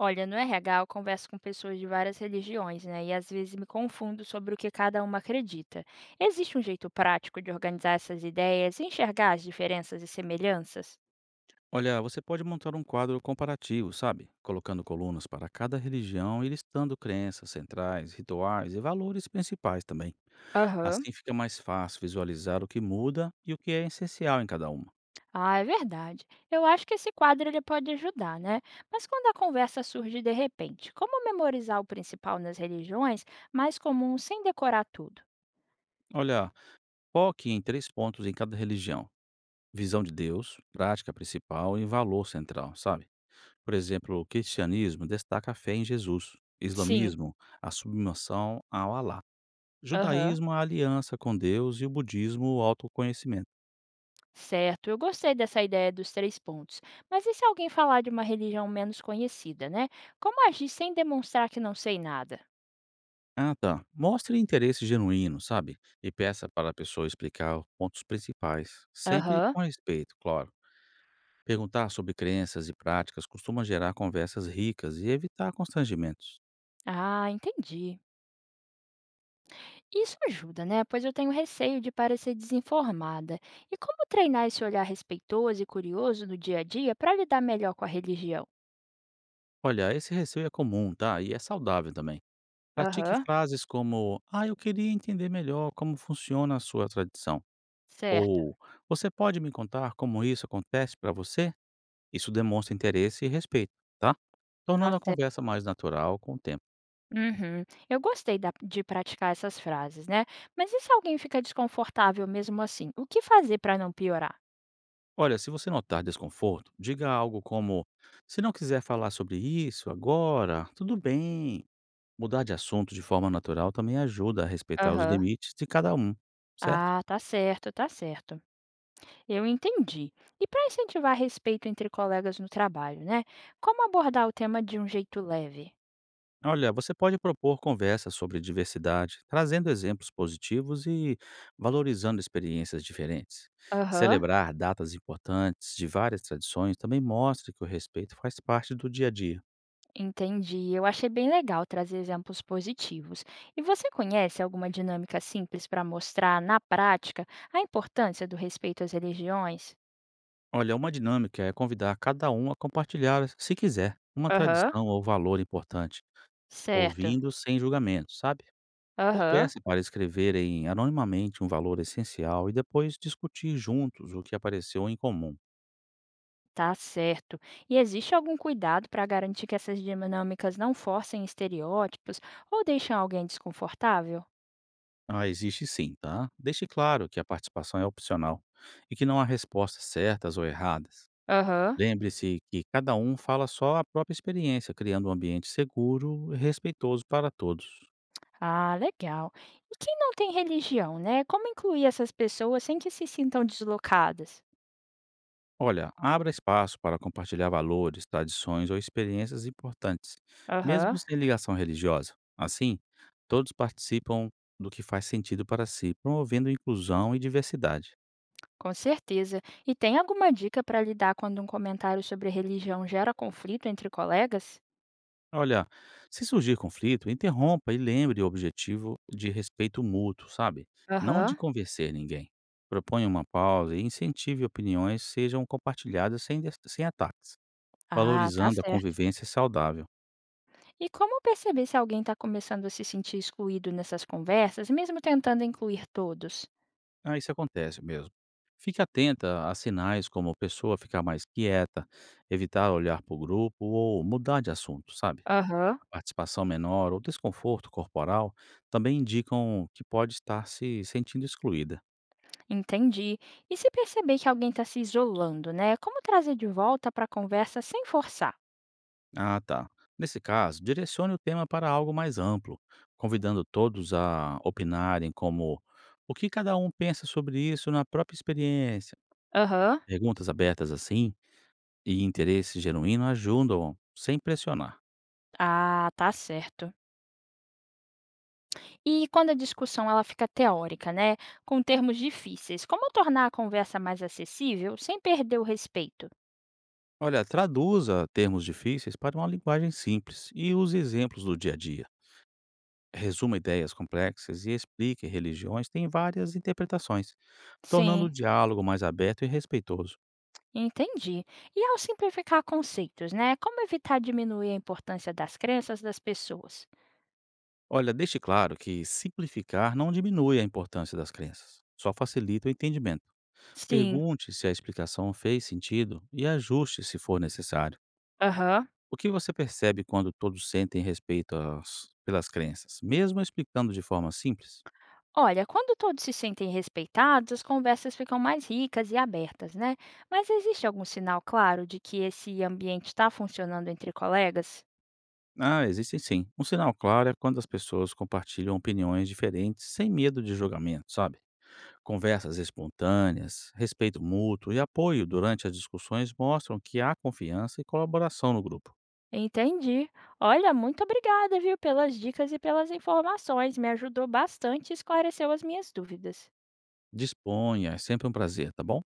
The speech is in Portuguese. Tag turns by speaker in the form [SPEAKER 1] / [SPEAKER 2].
[SPEAKER 1] Olha, no RH eu converso com pessoas de várias religiões, né? E às vezes me confundo sobre o que cada uma acredita. Existe um jeito prático de organizar essas ideias e enxergar as diferenças e semelhanças?
[SPEAKER 2] Olha, você pode montar um quadro comparativo, sabe? Colocando colunas para cada religião e listando crenças centrais, rituais e valores principais também.
[SPEAKER 1] Aham.
[SPEAKER 2] Assim fica mais fácil visualizar o que muda e o que é essencial em cada uma.
[SPEAKER 1] Ah, é verdade. Eu acho que esse quadro ele pode ajudar, né? Mas quando a conversa surge de repente, como memorizar o principal nas religiões, mais comum sem decorar tudo?
[SPEAKER 2] Olha, foque em três pontos em cada religião: visão de Deus, prática principal e valor central, sabe? Por exemplo, o cristianismo destaca a fé em Jesus,
[SPEAKER 1] Sim.
[SPEAKER 2] islamismo, a submissão ao Alá,
[SPEAKER 1] Aham.
[SPEAKER 2] judaísmo, a aliança com Deus e o budismo, o autoconhecimento.
[SPEAKER 1] Certo, eu gostei dessa ideia dos três pontos. Mas e se alguém falar de uma religião menos conhecida, né? Como agir sem demonstrar que não sei nada?
[SPEAKER 2] Ah, tá. Mostre interesse genuíno, sabe? E peça para a pessoa explicar os pontos principais, sempre
[SPEAKER 1] Aham.
[SPEAKER 2] com respeito, claro. Perguntar sobre crenças e práticas costuma gerar conversas ricas e evitar constrangimentos.
[SPEAKER 1] Ah, entendi. Isso ajuda, né? Pois eu tenho receio de parecer desinformada. E como treinar esse olhar respeitoso e curioso no dia a dia para lidar melhor com a religião?
[SPEAKER 2] Olha, esse receio é comum, tá? E é saudável também. Pratique
[SPEAKER 1] Aham.
[SPEAKER 2] frases como: Ah, eu queria entender melhor como funciona a sua tradição.
[SPEAKER 1] Certo,
[SPEAKER 2] Ou você pode me contar como isso acontece para você? Isso demonstra interesse e respeito, tá?
[SPEAKER 1] tá
[SPEAKER 2] Tornando a
[SPEAKER 1] certo.
[SPEAKER 2] conversa mais natural com o tempo.
[SPEAKER 1] Uhum. Eu gostei de praticar essas frases, né? Mas e se alguém fica desconfortável mesmo assim? O que fazer para não piorar?
[SPEAKER 2] Olha, se você notar desconforto, diga algo como: se não quiser falar sobre isso agora, tudo bem. Mudar de assunto de forma natural também ajuda a respeitar os
[SPEAKER 1] Aham.
[SPEAKER 2] limites de cada um, certo?
[SPEAKER 1] Ah, tá certo, tá certo. Eu entendi. E para incentivar respeito entre colegas no trabalho, né? Como abordar o tema de um jeito leve?
[SPEAKER 2] Olha, você pode propor conversas sobre diversidade, trazendo exemplos positivos e valorizando experiências diferentes.
[SPEAKER 1] Aham,
[SPEAKER 2] Celebrar datas importantes de várias tradições também mostra que o respeito faz parte do dia a dia.
[SPEAKER 1] entendi. Eu achei bem legal trazer exemplos positivos. E você conhece alguma dinâmica simples para mostrar na prática a importância do respeito às religiões?
[SPEAKER 2] Olha, uma dinâmica é convidar cada um a compartilhar, se quiser, uma
[SPEAKER 1] Aham,
[SPEAKER 2] tradição ou valor importante,
[SPEAKER 1] certo.
[SPEAKER 2] ouvindo sem julgamento, sabe? Ou
[SPEAKER 1] Aham.
[SPEAKER 2] peça para escreverem anonimamente um valor essencial e depois discutir juntos o que apareceu em comum.
[SPEAKER 1] Tá certo. E existe algum cuidado para garantir que essas dinâmicas não forcem estereótipos ou deixem alguém desconfortável?
[SPEAKER 2] Ah, existe sim, tá? Deixe claro que a participação é opcional e que não há respostas certas ou erradas.
[SPEAKER 1] Aham.
[SPEAKER 2] Lembre-se que cada um fala só a própria experiência, criando um ambiente seguro e respeitoso para todos.
[SPEAKER 1] Ah, legal. E quem não tem religião, né? Como incluir essas pessoas sem que se sintam deslocadas?
[SPEAKER 2] Olha, abra espaço para compartilhar valores, tradições ou experiências importantes,
[SPEAKER 1] Aham,
[SPEAKER 2] mesmo sem ligação religiosa. Assim, todos participam do que faz sentido para si, promovendo inclusão e diversidade.
[SPEAKER 1] com certeza. E tem alguma dica para lidar quando um comentário sobre religião gera conflito entre colegas?
[SPEAKER 2] Olha, se surgir conflito, interrompa e lembre o objetivo de respeito mútuo, sabe? Não de
[SPEAKER 1] Aham.
[SPEAKER 2] convencer ninguém. Proponha uma pausa e incentive opiniões sejam compartilhadas sem ataques,
[SPEAKER 1] Ah, tá
[SPEAKER 2] valorizando a
[SPEAKER 1] certo.
[SPEAKER 2] convivência saudável.
[SPEAKER 1] E como perceber se alguém está começando a se sentir excluído nessas conversas, mesmo tentando incluir todos?
[SPEAKER 2] Ah, isso acontece mesmo. Fique atenta a sinais como a pessoa ficar mais quieta, evitar olhar para o grupo ou mudar de assunto, sabe?
[SPEAKER 1] Aham,
[SPEAKER 2] A participação menor ou desconforto corporal também indicam que pode estar se sentindo excluída.
[SPEAKER 1] entendi. E se perceber que alguém está se isolando, né? Como trazer de volta para a conversa sem forçar?
[SPEAKER 2] Ah, tá. Nesse caso, direcione o tema para algo mais amplo, convidando todos a opinarem como o que cada um pensa sobre isso na própria experiência.
[SPEAKER 1] Aham.
[SPEAKER 2] Perguntas abertas assim e interesse genuíno ajudam sem pressionar.
[SPEAKER 1] Ah, tá certo. E quando a discussão ela fica teórica, né, com termos difíceis, como tornar a conversa mais acessível sem perder o respeito?
[SPEAKER 2] Olha, traduza termos difíceis para uma linguagem simples e use exemplos do dia a dia. Resuma ideias complexas e explique religiões têm várias interpretações, tornando o
[SPEAKER 1] Sim,
[SPEAKER 2] diálogo mais aberto e respeitoso.
[SPEAKER 1] entendi. E ao simplificar conceitos, né, como evitar diminuir a importância das crenças das pessoas?
[SPEAKER 2] Olha, deixe claro que simplificar não diminui a importância das crenças, só facilita o entendimento.
[SPEAKER 1] Sim,
[SPEAKER 2] Pergunte se a explicação fez sentido e ajuste se for necessário.
[SPEAKER 1] aham.
[SPEAKER 2] O que você percebe quando todos sentem respeito pelas crenças, mesmo explicando de forma simples?
[SPEAKER 1] Olha, quando todos se sentem respeitados, as conversas ficam mais ricas e abertas, né? Mas existe algum sinal claro de que esse ambiente está funcionando entre colegas?
[SPEAKER 2] Ah, existem sim. Um sinal claro é quando as pessoas compartilham opiniões diferentes sem medo de julgamento, sabe? Conversas espontâneas, respeito mútuo e apoio durante as discussões mostram que há confiança e colaboração no grupo.
[SPEAKER 1] Entendi. Olha, muito obrigada, viu, pelas dicas e pelas informações. Me ajudou bastante e esclareceu as minhas dúvidas.
[SPEAKER 2] Disponha, é sempre um prazer, tá bom?